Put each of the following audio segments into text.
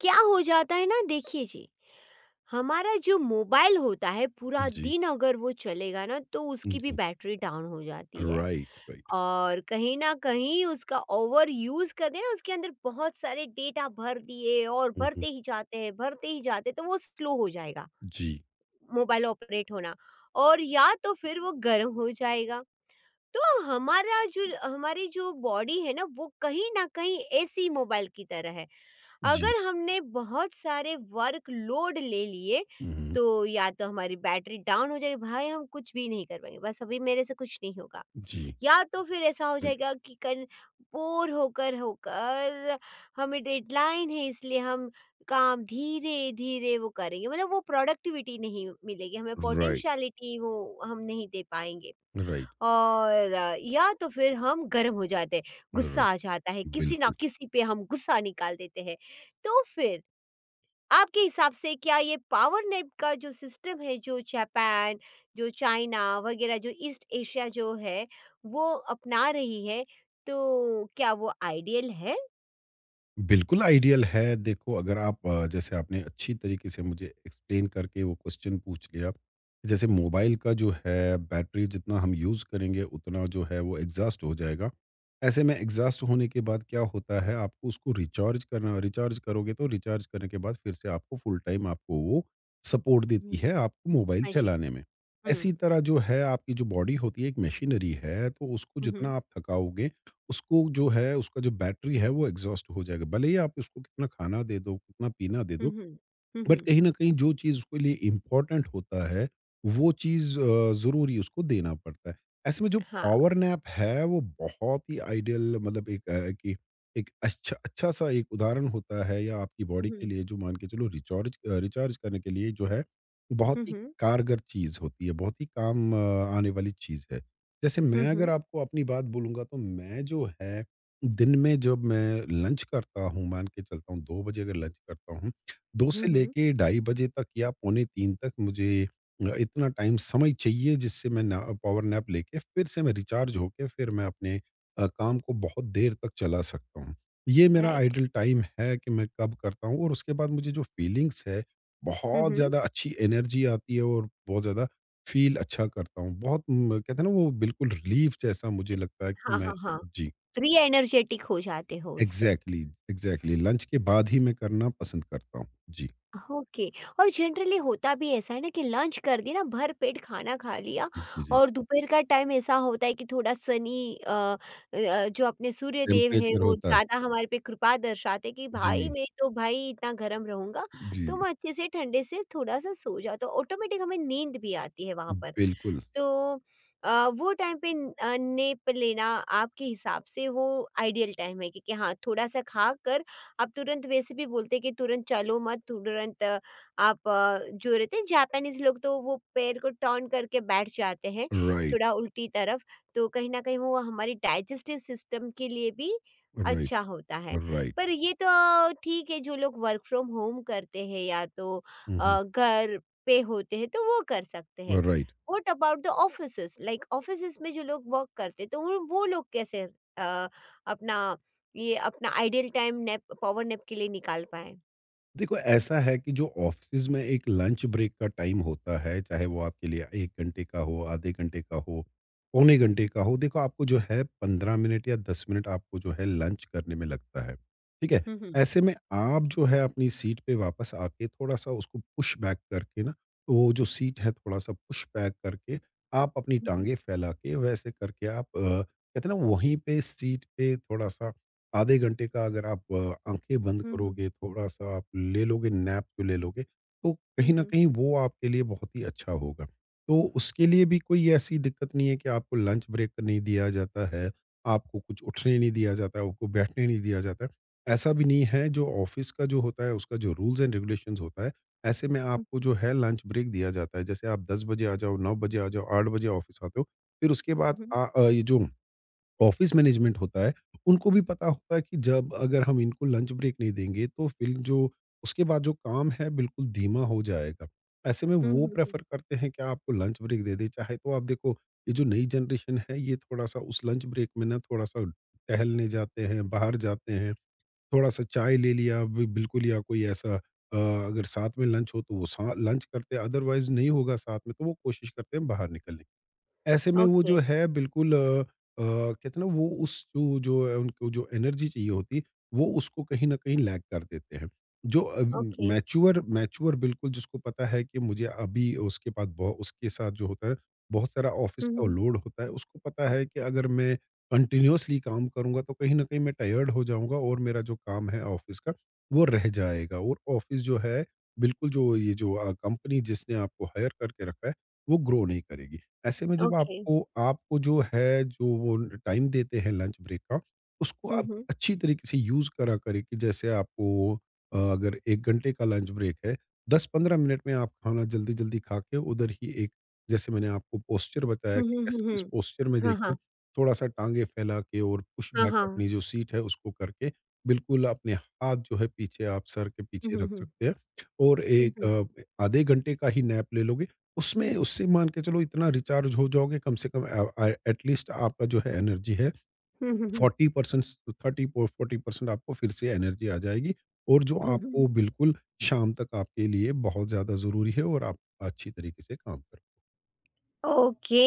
क्या हो जाता है ना? देखिए जी, हमारा जो मोबाइल होता है, पूरा जी, दिन अगर वो चलेगा ना, तो उसकी भी जी। बैटरी डाउन हो जाती है। Right, right. और कहीं ना कहीं उसका ओवर यूज कर देना, उसके अंदर बहुत सारे डेटा भर दिए और हुँ, हुँ। भरते ही जाते हैं भरते ही जाते हैं, तो वो स्लो हो जाएगा जी, मोबाइल ऑपरेट होना। और या तो फिर वो गर्म हो जाएगा। तो हमारा जो हमारी जो बॉडी है ना, वो कहीं ना कहीं ऐसी मोबाइल की तरह है। जी। अगर हमने बहुत सारे वर्क लोड ले लिए, हुँ, हुँ। तो या तो हमारी बैटरी डाउन हो जाएगी, भाई हम कुछ भी नहीं कर पाएंगे, बस अभी मेरे से कुछ नहीं होगा। जी। या तो फिर ऐसा हो जाएगा कि कल बोर होकर होकर हमें डेडलाइन है, इसलिए हम काम धीरे धीरे वो करेंगे, मतलब वो प्रोडक्टिविटी नहीं मिलेगी हमें, राइट, पोटेंशियलिटी वो हम नहीं दे पाएंगे। राइट, और या तो फिर हम गर्म हो जाते हैं, गुस्सा राइट। आ जाता है, किसी ना बिल्कुल। किसी पे हम गुस्सा निकाल देते हैं। तो फिर आपके हिसाब से क्या ये पावर नैप का जो सिस्टम है, जो जापान, जो चाइना वगैरह जो ईस्ट एशिया जो है, वो अपना रही है, तो क्या वो आइडियल है? बिल्कुल आइडियल है। देखो, अगर आप जैसे आपने अच्छी तरीके से मुझे एक्सप्लेन करके वो क्वेश्चन पूछ लिया। जैसे मोबाइल का जो है बैटरी जितना हम यूज़ करेंगे उतना जो है वो एग्ज़ॉस्ट हो जाएगा। ऐसे में एग्ज़ॉस्ट होने के बाद क्या होता है, आपको उसको रिचार्ज करना, रिचार्ज करोगे तो रिचार्ज करने के बाद फिर से आपको फुल टाइम आपको वो सपोर्ट देती हुँ। है आपको मोबाइल हाँ जी। चलाने में। हुँ, इसी तरह जो है आपकी जो बॉडी होती है एक मशीनरी है, तो उसको हुँ, जितना हुँ, आप थकाओगे उसको जो है उसका जो बैटरी है वो एग्ज़ॉस्ट हो जाएगा। भले ही आप उसको कितना खाना दे दो, कितना पीना दे हुँ, दो, हुँ, हुँ, बट हुँ, कहीं न कहीं जो चीज़ उसके लिए इम्पोर्टेंट होता है, वो चीज़ ज़रूरी उसको देना पड़ता है। ऐसे में जो हाँ, पावर नैप है, वो बहुत ही आइडियल, मतलब एक अ, कि एक अच्छा-सा एक उदाहरण होता है या आपकी हुँ, बॉडी के हुँ, लिए जो मान के चलो रिचार्ज रिचार्ज करने के लिए जो है, बहुत हुँ, ही हुँ, कारगर चीज़ होती है, बहुत ही काम आने वाली चीज़ है। जैसे मैं हुँ, अगर आपको अपनी बात बोलूँगा, तो मैं जो है, दिन में जब मैं लंच करता हूँ, मान के चलता हूँ 2 बजे अगर लंच करता हूँ, 2 से हुँ, हुँ, लेके ढाई बजे तक या पौने 3 तक मुझे इतना टाइम, समय चाहिए जिससे मैं ना पावर नैप लेके फिर से मैं रिचार्ज होके फिर मैं अपने काम को बहुत देर तक चला सकता हूँ। ये मेरा राइट, आइडल टाइम है कि मैं कब करता हूँ, और उसके बाद मुझे जो फीलिंग्स है, हुँ, बहुत हुँ, ज़्यादा अच्छी एनर्जी आती है और बहुत ज़्यादा फ़ील अच्छा करता हूँ। बहुत म कहते हैं ना वो बिल्कुल रिलीफ़ जैसा मुझे लगता है कि हाँ, मैं। हाँ, हाँ, जी, री एनर्जेटिक हो जाते हो उससे। एग्ज़ैक्टली, एग्ज़ैक्टली लंच के बाद ही मैं करना पसंद करता हूँ। जी, ओके। और जनरली होता भी ऐसा है ना, कि लंच कर दिया ना, भर पेट खाना खा लिया जी, जी। और दोपहर का टाइम ऐसा होता है कि थोड़ा सनी जो अपने सूर्य देव है टेम्परेचर वो होता है। ज़्यादा हमारे पे कृपा दर्शाते, कि भाई जी, मैं तो भाई इतना गर्म रहूंगा, जी, तुम अच्छे से ठंडे से थोड़ा सा सो जाओ, तो ऑटोमेटिक हमें नींद भी आती है वहां पर। बिल्कुल। तो अ, वो टाइम पे न नैप लेना आपके हिसाब से वो आइडियल टाइम है, क्योंकि हाँ, थोड़ा-सा खाकर आप तुरंत वैसे भी बोलते हैं कि तुरंत चलो मत, तुरंत आप जो रहते हैं जापानीज़ लोग, तो वो पैर को टर्न करके बैठ जाते हैं, राइट, थोड़ा उल्टी तरफ, तो कहीं न कहीं वो हमारी डाइजेस्टिव सिस्टम के लिए भी राइट, अच्छा होता है। राइट। पर ये तो ठीक है, जो लोग वर्क फ्रॉम होम करते हैं या तो हुँ, घर पे होते हैं, तो वो कर सकते हैं। हुँ, right. What about the offices, like offices में जो लोग वर्क करते, तो वो लोग कैसे अ, अपना ये अपना ideal time nap, power nap के लिए निकाल पाए? देखो, ऐसा है कि जो ऑफ़िस में एक लंच ब्रेक का टाइम होता है, चाहे वो आपके लिए 1 घंटे का हो, आधे घंटे का हो, पौने घंटे का हो, देखो आपको जो है 15 मिनट या 10 मिनट आपको जो है लंच करने में लगता है, ठीक है? हम्म, हम्म, ऐसे में आप जो है अपनी सीट पे वापस आके थोड़ा-सा उसको पुश बैक करके ना, तो वो जो सीट है थोड़ा-सा पुश बैक करके, आप अपनी हम्म, टाँगें फैला के वैसे करके आप कहते हैं ना वहीं पे सीट पे थोड़ा-सा, आधे घंटे का अगर आप आँखें बंद हम्म, करोगे, थोड़ा-सा आप ले लोगे, नैप जो ले लोगे, तो कहीं न हम्म, कहीं वो आपके लिए बहुत ही अच्छा होगा। तो उसके लिए भी कोई ऐसी दिक्कत नहीं है कि आपको लंच ब्रेक नहीं दिया जाता है, आपको कुछ उठने नहीं दिया जाता है, आपको बैठने नहीं दिया जाता है। ऐसा भी नहीं है, जो ऑफ़िस का जो होता है, उसका जो रूल्स एंड रेगुलेशंस होता है, ऐसे में आपको जो है लंच ब्रेक दिया जाता है। जैसे आप 10 बजे आ जाओ, 9 बजे आ जाओ, 8 बजे ऑफ़िस आते हो, फिर उसके बाद हम्म, ये जो ऑफिस मैनेजमेंट होता है, उनको भी पता होता है कि जब अगर हम इनको लंच ब्रेक नहीं देंगे तो फिर जो उसके बाद जो काम है बिल्कुल धीमा हो जाएगा। ऐसे में हम्म, वो हम्म। प्रेफ़र करते हैं कि आपको लंच ब्रेक दे दें, चाहे तो आप देखो, ये जो नई जनरेशन है ये थोड़ा-सा उस लंच ब्रेक में ना थोड़ा-सा टहलने जाते हैं, बाहर जाते हैं, थोड़ा-सा चाय ले लिया बि बिल्कुल या कोई ऐसा अगर साथ में लंच हो तो वो सा लंच करते हैं, अदरवाइज़ नहीं होगा साथ में तो वो कोशिश करते हैं बाहर निकलने। ऐसे में वो ओके। जो है बिल्कुल कहते हैं ना वो उस जो जो है उनको जो एनर्जी चाहिए होती, वो उसको कहीं न कहीं लैग कर देते हैं। जो ओके। मैच्योर मैच्योर बिल्कुल जिसको पता है कि मुझे अभी उसके पास बहु उसके साथ जो होता है, बहुत सारा ऑफ़िस का हम्म। लोड होता है, उसको पता है कि अगर मैं कंटीन्यूअसली काम करूँगा तो कहीं न कहीं मैं टायर्ड हो जाऊँगा और मेरा जो काम है ऑफ़िस का, वो रह जाएगा, और ऑफ़िस जो है, बिल्कुल जो ये जो कंपनी जिसने आपको हायर करके रखा है, वो ग्रो नहीं करेगी। ऐसे में जब ओके। आपको आपको जो है जो वो टाइम देते हैं लंच ब्रेक का, उसको आप हम्म, अच्छी तरीके से यूज़ करा करें कि जैसे आपको अगर 1 घंटे का लंच ब्रेक है, 10-15 मिनट में आप खाना जल्दी-जल्दी खा के उधर ही एक जैसे मैंने आपको पोस्चर बताया कि हम्म, कैस किस हम्म, पोस्चर में हाँ, देखें, हाँ, थोड़ा-सा टाँगे फैला के और पुश हाँ, बैक हाँ, अपनी जो सीट है उसको करके, बिल्कुल अपने हाथ जो है पीछे आप सर के पीछे हम्म, रख हम्म, सकते हैं, और एक हम्म, आधे घंटे का ही नैप ले लोगे उसमें, उससे मान के चलो इतना रिचार्ज हो जाओगे, कम से कम एटलीस्ट आपका जो है एनर्जी है हम्म, 40%, 30-40% आपको फिर से एनर्जी आ जाएगी और जो आपको हम्म। बिल्कुल शाम तक आपके लिए बहुत ज़्यादा ज़रूरी है और आप अच्छी तरीके से काम कर। ओके।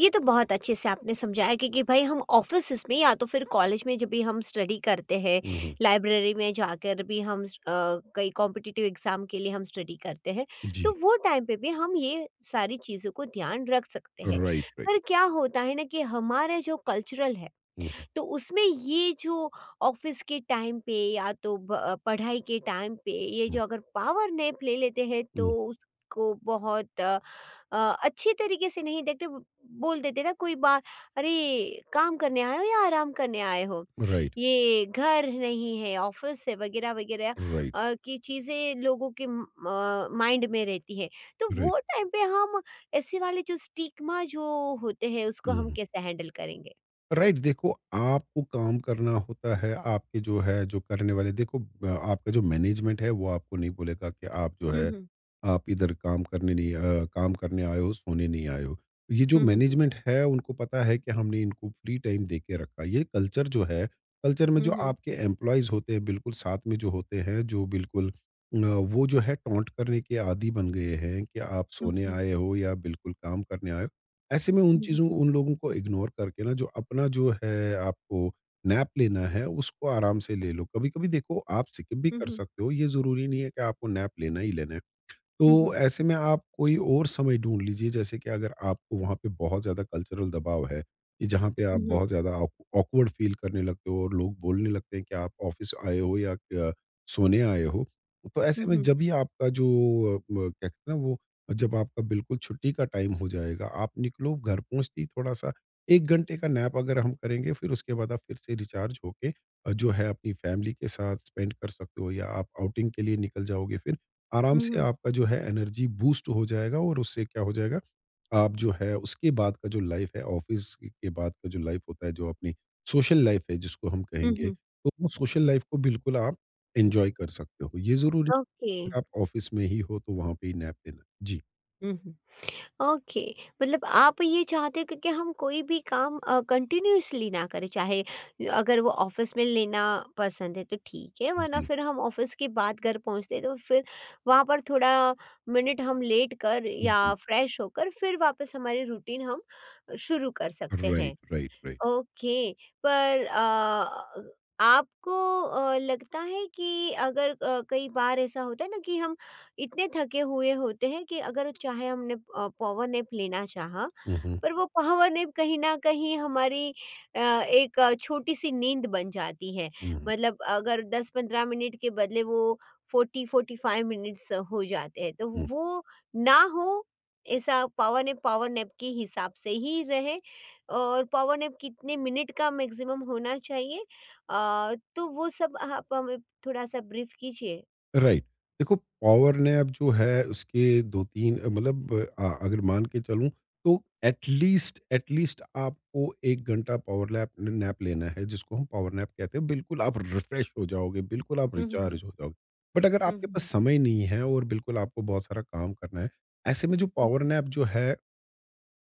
ये तो बहुत अच्छे से आपने समझाया कि भाई हम ऑफिस में या तो फिर कॉलेज में, जब भी हम स्टडी करते हैं, हुँ, हुँ। लाइब्रेरी में जाकर भी हम कई कॉम्पिटिटिव एग्जाम के लिए हम स्टडी करते हैं, जी। तो वो टाइम पे भी हम ये सारी चीज़ों को ध्यान रख सकते हैं। Right, right. पर क्या होता है ना कि हमारा जो कल्चरल है, हुँ, हुँ, तो उसमें ये जो ऑफिस के टाइम पे या तो ब पढ़ाई के टाइम पे, ये हुँ, जो अगर पावर नैप ले लेते हैं, तो हुँ। उसको बहुत अ, अच्छी तरीके से नहीं देखते। बोल देते ना कोई बार, अरे काम करने आए हो या आराम करने आए हो, राइट, ये घर नहीं है ऑफिस है वगैरह वगैरह राइट, की चीज़ें लोगों के माइंड में रहती है, तो राइट। वो टाइम पे हम ऐसे वाले जो स्टिग्मा जो होते हैं, उसको हुँ, हम हुँ। कैसे हैंडल करेंगे? राइट, देखो, आपको काम करना होता है आपके जो है जो करने वाले, देखो आपका जो मैनेजमेंट है वो आपको नहीं बोलेगा कि आप जो है हुँ, आप इधर काम करने नहीं काम करने आए हो सोने नहीं आए हो। ये जो हुँ। मैनेजमेंट है उनको पता है कि हमने इनको फ्री टाइम दे के रखा, ये कल्चर जो है, कल्चर में जो Mhm. आपके एम्प्लॉयज़ होते हैं बिल्कुल साथ में जो होते हैं जो बिल्कुल वो जो है टॉन्ट करने के आदी बन गए हैं कि आप सोने Mhm. आए हो या बिल्कुल काम करने आए हो। ऐसे में उन Mhm. चीज़ों उन लोगों को इग्नोर करके ना जो अपना जो है आपको नैप लेना है उसको आराम से ले लो। कभी-कभी देखो आप स्किप भी कर Mhm. सकते हो, ये ज़रूरी नहीं है कि आपको नैप लेना ही लेना है। तो Mhm. ऐसे में आप कोई और समय ढूँढ लीजिए, जैसे कि अगर आपको वहाँ पे बहुत ज़्यादा कल्चरल दबाव है, कि जहाँ पे आप Mhm, बहुत ज़्यादा ऑक ऑकवर्ड फ़ील करने लगते हो और लोग बोलने लगते हैं कि आप ऑफ़िस आए हो या सोने आए हो। तो ऐसे में mhm, जब ये आपका जो अ, म क्या कहते हैं ना वो, जब आपका बिल्कुल छुट्टी का टाइम हो जाएगा, आप निकलो घर पहुँचते ही थोड़ा-सा 1 घंटे का नैप अगर हम करेंगे, फिर उसके बाद आप फिर से रिचार्ज होके जो है अपनी फैमिली के साथ स्पेंड कर सकते हो या आप आउटिंग के लिए निकल जाओगे फिर। आराम से mhm, आपका जो है एनर्जी बूस्ट हो जाएगा और उससे क्या हो जाएगा, आप जो है उसके बाद का जो लाइफ है ऑफ़िस के बाद का जो लाइफ होता है, जो अपनी सोशल लाइफ है जिसको हम कहेंगे, mhm. तो वो सोशल लाइफ को बिल्कुल आप एन्जॉय कर सकते हो। ये ज़रूरी, ओके। अगर आप ऑफ़िस में ही हो तो वहाँ पे ही नैप लेना। जी, हुँ। ओके, मतलब आप ये चाहते हो कि हम कोई भी काम कंटिन्यूअसली ना करें, चाहे अगर वो ऑफ़िस में लेना पसंद है तो ठीक है, वरना जी, फिर हम ऑफ़िस के बाद घर पहुँचते हैं, तो फिर वहाँ पर थोड़ा मिनट हम लेट कर या जी, फ्रेश होकर फिर वापस हमारी रूटीन हम शुरू कर सकते राइट, हैं। Right, right. ओके, पर आपको लगता है कि अगर कई बार ऐसा होता है ना, कि हम इतने थके हुए होते हैं कि अगर चाहे हमने पावर नैप लेना चाहा, हुँ, हुँ, पर वो पावर नैप कहीं न कहीं हमारी छोटी-सी नींद बन जाती है। हुँ, मतलब अगर 10-15 मिनट के बदले वो 40-45 मिनट्स हो जाते हैं, तो हुँ। वो ना हो, ऐसा पावर नैप के हिसाब से ही रहे, और पावर नैप कितने मिनट का मैक्सिमम होना चाहिए, तो वो सब आप हमें थोड़ा-सा ब्रीफ कीजिए? राइट। देखो पॉवर नैप जो है उसके 2-3, मतलब अगर मान के चलूँ तो एट लीस्ट आपको 1 घंटा पॉवर लैप नैप लेना है जिसको हम पॉवर नैप कहते हैं। बिल्कुल आप रिफ्रेश हो जाओगे, बिल्कुल आप हुँ, हुँ, हुँ, रिचार्ज हो जाओगे। बट अगर हुँ, आपके पास हुँ, समय नहीं है और बिल्कुल आपको बहुत सारा काम करना है, ऐसे में जो हुँ, पॉवर हुँ। नैप जो है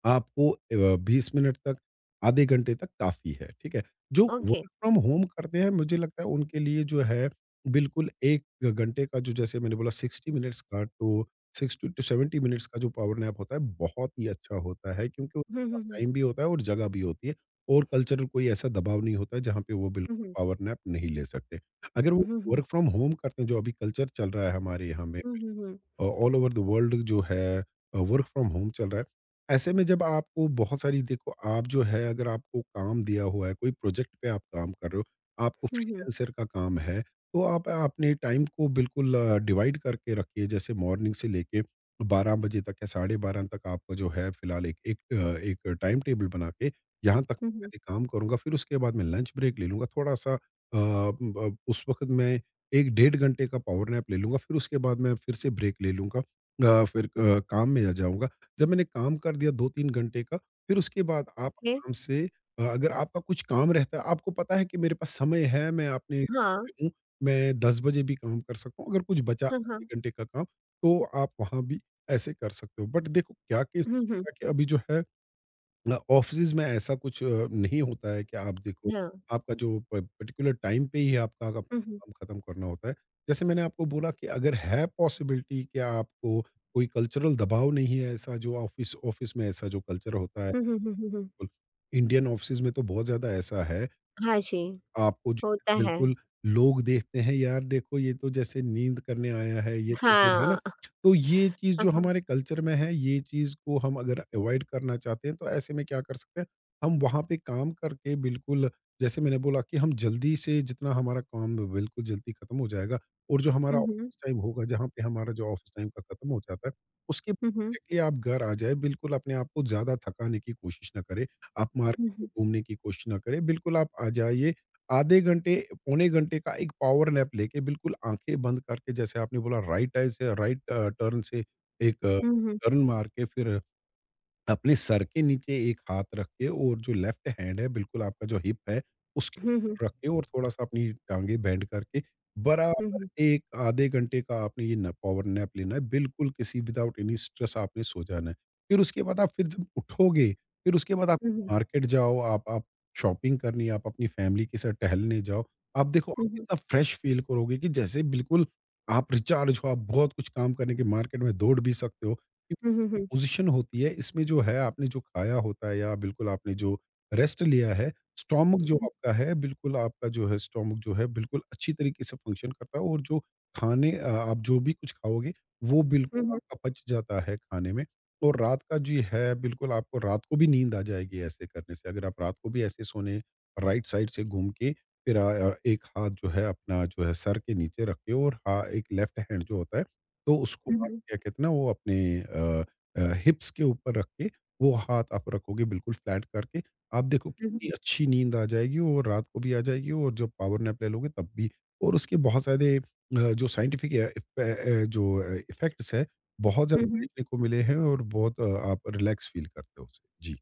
आपको 20 मिनट तक, आधे घंटे तक काफ़ी है, ठीक है? जो ओके। वर्क फ्रॉम होम करते हैं, मुझे लगता है उनके लिए जो है, बिल्कुल 1 घंटे का जो जैसे मैंने बोला, 60 मिनट्स का, टू 60 टू 70 मिनट्स का जो पावर नैप होता है, बहुत ही अच्छा होता है, क्योंकि उनके हुँ, हुँ, पास हुँ, टाइम भी होता है और जगह भी होती है, और कल्चरल कोई ऐसा दबाव नहीं होता है, जहाँ पे वो हुँ, बिल्कुल हुँ, पावर नैप नहीं ले सकते। अगर वो हुँ, हुँ, वर्क फ्रॉम होम करते हैं, जो अभी कल्चर चल रहा है हमारे यहाँ में, हुँ, हुँ, हुँ, ऑल ओवर द वर्ल्ड जो है, वर्क फ्रॉम होम चल रहा है। ऐसे में जब आपको बहुत सारी, देखो आप जो है, अगर आपको काम दिया हुआ है, कोई प्रोजेक्ट पे आप काम कर रहे हो, आपको हुँ, हुँ, फ्रीलांसर का काम है, तो आप अपने टाइम को बिल्कुल डिवाइड करके रखिए। जैसे मॉर्निंग से लेके 12 बजे तक या साढ़े 12 तक आपका जो है फिलहाल, एक एक अ, एक टाइम टेबल बना के, यहाँ तक हुँ, हुँ। पहले काम करूँगा, फिर उसके बाद मैं लंच ब्रेक ले लूँगा। थोड़ा-सा अ, ब उस वक़्त मैं 1 डेढ़ घंटे का पावर नैप ले लूँगा, फिर उसके बाद मैं फिर से ब्रेक ले लूँगा। फिर काम में आ जाऊँगा। जब मैंने काम कर दिया 2-3 घंटे का, फिर उसके बाद आप ओके। आराम से, अगर आपका कुछ काम रहता है, आपको पता है कि मेरे पास समय है, मैं अपने हाँ, हूँ, मैं 10 बजे भी काम कर सकता हूँ। अगर कुछ बचा हाँ, आधे हाँ। घंटे का काम, तो आप वहाँ भी ऐसे कर सकते हो। बट देखो क्या केस, हुँ, हुँ, कि अभी जो है, ऑफिस में ऐसा कुछ नहीं होता है कि आप देखो, हाँ। आपका जो पर्टिकुलर टाइम पे ही आपका अपना हुँ, हुँ, काम खत्म करना होता है, जैसे मैंने आपको बोला कि अगर है पॉसिबिलिटी कि आपको कोई कल्चरल दबाव नहीं है, ऐसा जो ऑफिस ऑफिस में ऐसा जो कल्चर होता है, हुँ, हुँ, हुँ, हुँ, हुँ। इंडियन ऑफिस में तो बहुत ज़्यादा ऐसा है, हाँ जी, आपको जो होता है। बिल्कुल लोग देखते हैं, यार देखो, ये तो जैसे नींद करने आया है, ये तो फिर, है ना? हाँ। तो ये चीज़ हाँ, जो हाँ। हमारे कल्चर में है, ये चीज़ को हम अगर अवॉइड करना चाहते हैं, तो ऐसे में क्या कर सकते हैं? हम वहाँ पे काम करके बिल्कुल, जैसे मैंने बोला, कि हम जल्दी से, जितना हमारा काम बिल्कुल जल्दी खत्म हो जाएगा, और जो हमारा हुँ, हुँ, ऑफ़िस टाइम होगा, जहाँ पे हमारा जो ऑफ़िस टाइम का खत्म हो जाता है, उसके हुँ, हुँ, डायरेक्टली आप घर आ जाएँ, बिल्कुल अपने आप को ज़्यादा थकाने की कोशिश ना करें। आप मार्केट हुँ, में हुँ, घूमने की कोशिश ना करें, बिल्कुल आप आ जाइए, आधे घंटे, पौने घंटे का एक पावर नैप लेके, बिल्कुल आँखें बंद करके, जैसे आपने बोला, राइट आई से, राइट टर्न से, एक हुँ, हुँ, टर्न मार के, फिर अपने सर के नीचे एक हाथ रख के, और जो लेफ्ट हैंड है, बिल्कुल आपका जो हिप है, उसके हुँ, हुँ, हुँ, ऊपर रख के, और थोड़ा-सा अपनी टाँगे बेंड करके, बराबर हुँ, 1 आधे घंटे का आपने ये न पावर नैप लेना है, बिल्कुल किसी विदाउट एनी स्ट्रेस आपने सो जाना है। फिर उसके बाद आप फिर जब उठोगे, फिर उसके बाद आप हुँ, हुँ, हुँ, मार्केट जाओ, आप शॉपिंग करनी है, आप अपनी फैमिली के साथ टहलने जाओ। आप देखो, आप हुँ, इतना फ्रेश फ़ील करोगे कि जैसे बिल्कुल आप रिचार्ज हो, आप बहुत कुछ काम करने के मार्केट में दौड़ भी सकते हो। हुँ, हुँ, हुँ, हुँ, पोजीशन होती है, इसमें जो है, आपने जो खाया होता है, या बिल्कुल आपने जो रेस्ट लिया है, स्टोमक जो हुँ, आपका है, बिल्कुल आपका जो है, स्टोमक जो है बिल्कुल अच्छी तरीके से फंक्शन करता है, और जो खाने आप जो भी कुछ खाओगे, वो बिल्कुल हुँ, आपका पच जाता है खाने में, और रात का जो है, बिल्कुल आपको रात को भी नींद आ जाएगी ऐसे करने से। अगर आप रात को भी ऐसे सोने, राइट साइड से घूम के, फिर एक हाथ जो है अपना, जो है सर के नीचे रखे, और हाँ, एक लेफ्ट हैंड जो होता है, तो उसको हुँ, आप हुँ, क्या कहते हैं ना, वो अपने हिप्स के ऊपर रख के, वो हाथ आप रखोगे बिल्कुल फ्लैट करके, आप देखो कितनी अच्छी नींद आ जाएगी, और रात को भी आ जाएगी, और जब पावर नैप ले लोगे तब भी। और उसके बहुत सारे जो साइंटिफिक अ, इफ अ, जो अ, इफ़ेक्ट्स हैं, बहुत हुँ, ज़्यादा हुँ। देखने को मिले हैं, और बहुत आप रिलैक्स फ़ील करते हो उससे। जी।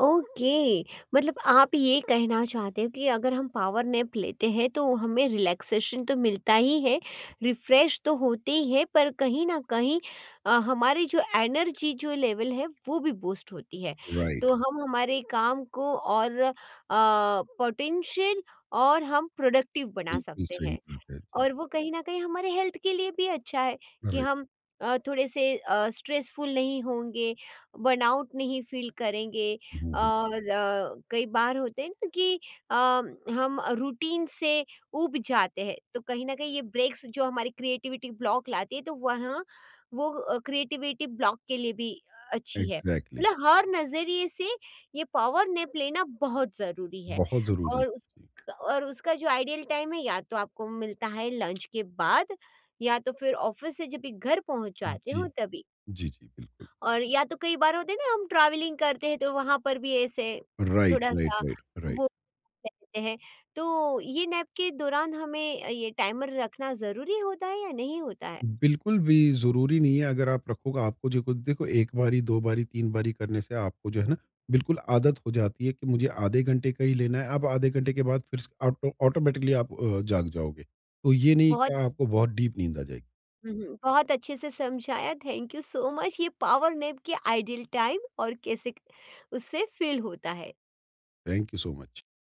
ओके। मतलब आप ये कहना चाहते हो कि अगर हम पावर नैप लेते हैं, तो हमें रिलैक्सेशन तो मिलता ही है, रिफ्रेश तो होते ही है, पर कहीं न कहीं हमारी जो एनर्जी जो लेवल है वो भी बूस्ट होती है। राइट, तो हम हमारे काम को और पोटेंशियल और हम प्रोडक्टिव बना बिल्कुल सकते सही हैं। बात है। जी, और वो कहीं न कहीं हमारे हेल्थ के लिए भी अच्छा है कि राइट। हम थोड़े से स्ट्रेसफुल नहीं होंगे, बर्नआउट नहीं फ़ील करेंगे। हुँ, हुँ। और कई बार होते हैं ना कि अ, हम रूटीन से ऊब जाते हैं, तो कहीं न कहीं ये ब्रेक्स जो हमारी क्रिएटिविटी ब्लॉक लाती है, तो वहाँ वो क्रिएटिविटी ब्लॉक के लिए भी अच्छी है। एग्ज़ैक्टली मतलब हर नज़रिए से ये पावर नैप लेना बहुत ज़रूरी है। बहुत ज़रूरी और उस है। और उसका जो आइडियल टाइम है या तो आपको मिलता है लंच के बाद, या तो फिर ऑफिस से जब भी घर पहुंच जी, जाते हो तभी, जी, जी, जी बिल्कुल। और या तो कई बार होते हैं ना, हम ट्रैवलिंग करते हैं तो वहां पर भी ऐसे राइट, थोड़ा राइट, सा राइट, राइट। वो रहते हैं, तो ये नैप के दौरान हमें ये टाइमर रखना जरूरी होता है या नहीं होता है? बिल्कुल भी ज़रूरी नहीं है। अगर आप रखोगे, आपको जो कुछ देखो, 1 बारी, 2 बारी, 3 बारी करने से, आपको जो है ना, बिल्कुल आदत हो जाती है कि मुझे आधे घंटे का ही लेना है, आप आधे घंटे के बाद फिर स ऑटो ऑटोमेटिकली आप जाग जाओगे। तो ये नहीं कि बहुत आपको बहुत डीप नींद आ जाएगी। बहुत अच्छे से समझाया, थैंक यू सो मच, ये पावर नैप के आइडियल टाइम और कैसे उससे फील होता है। Thank you so much.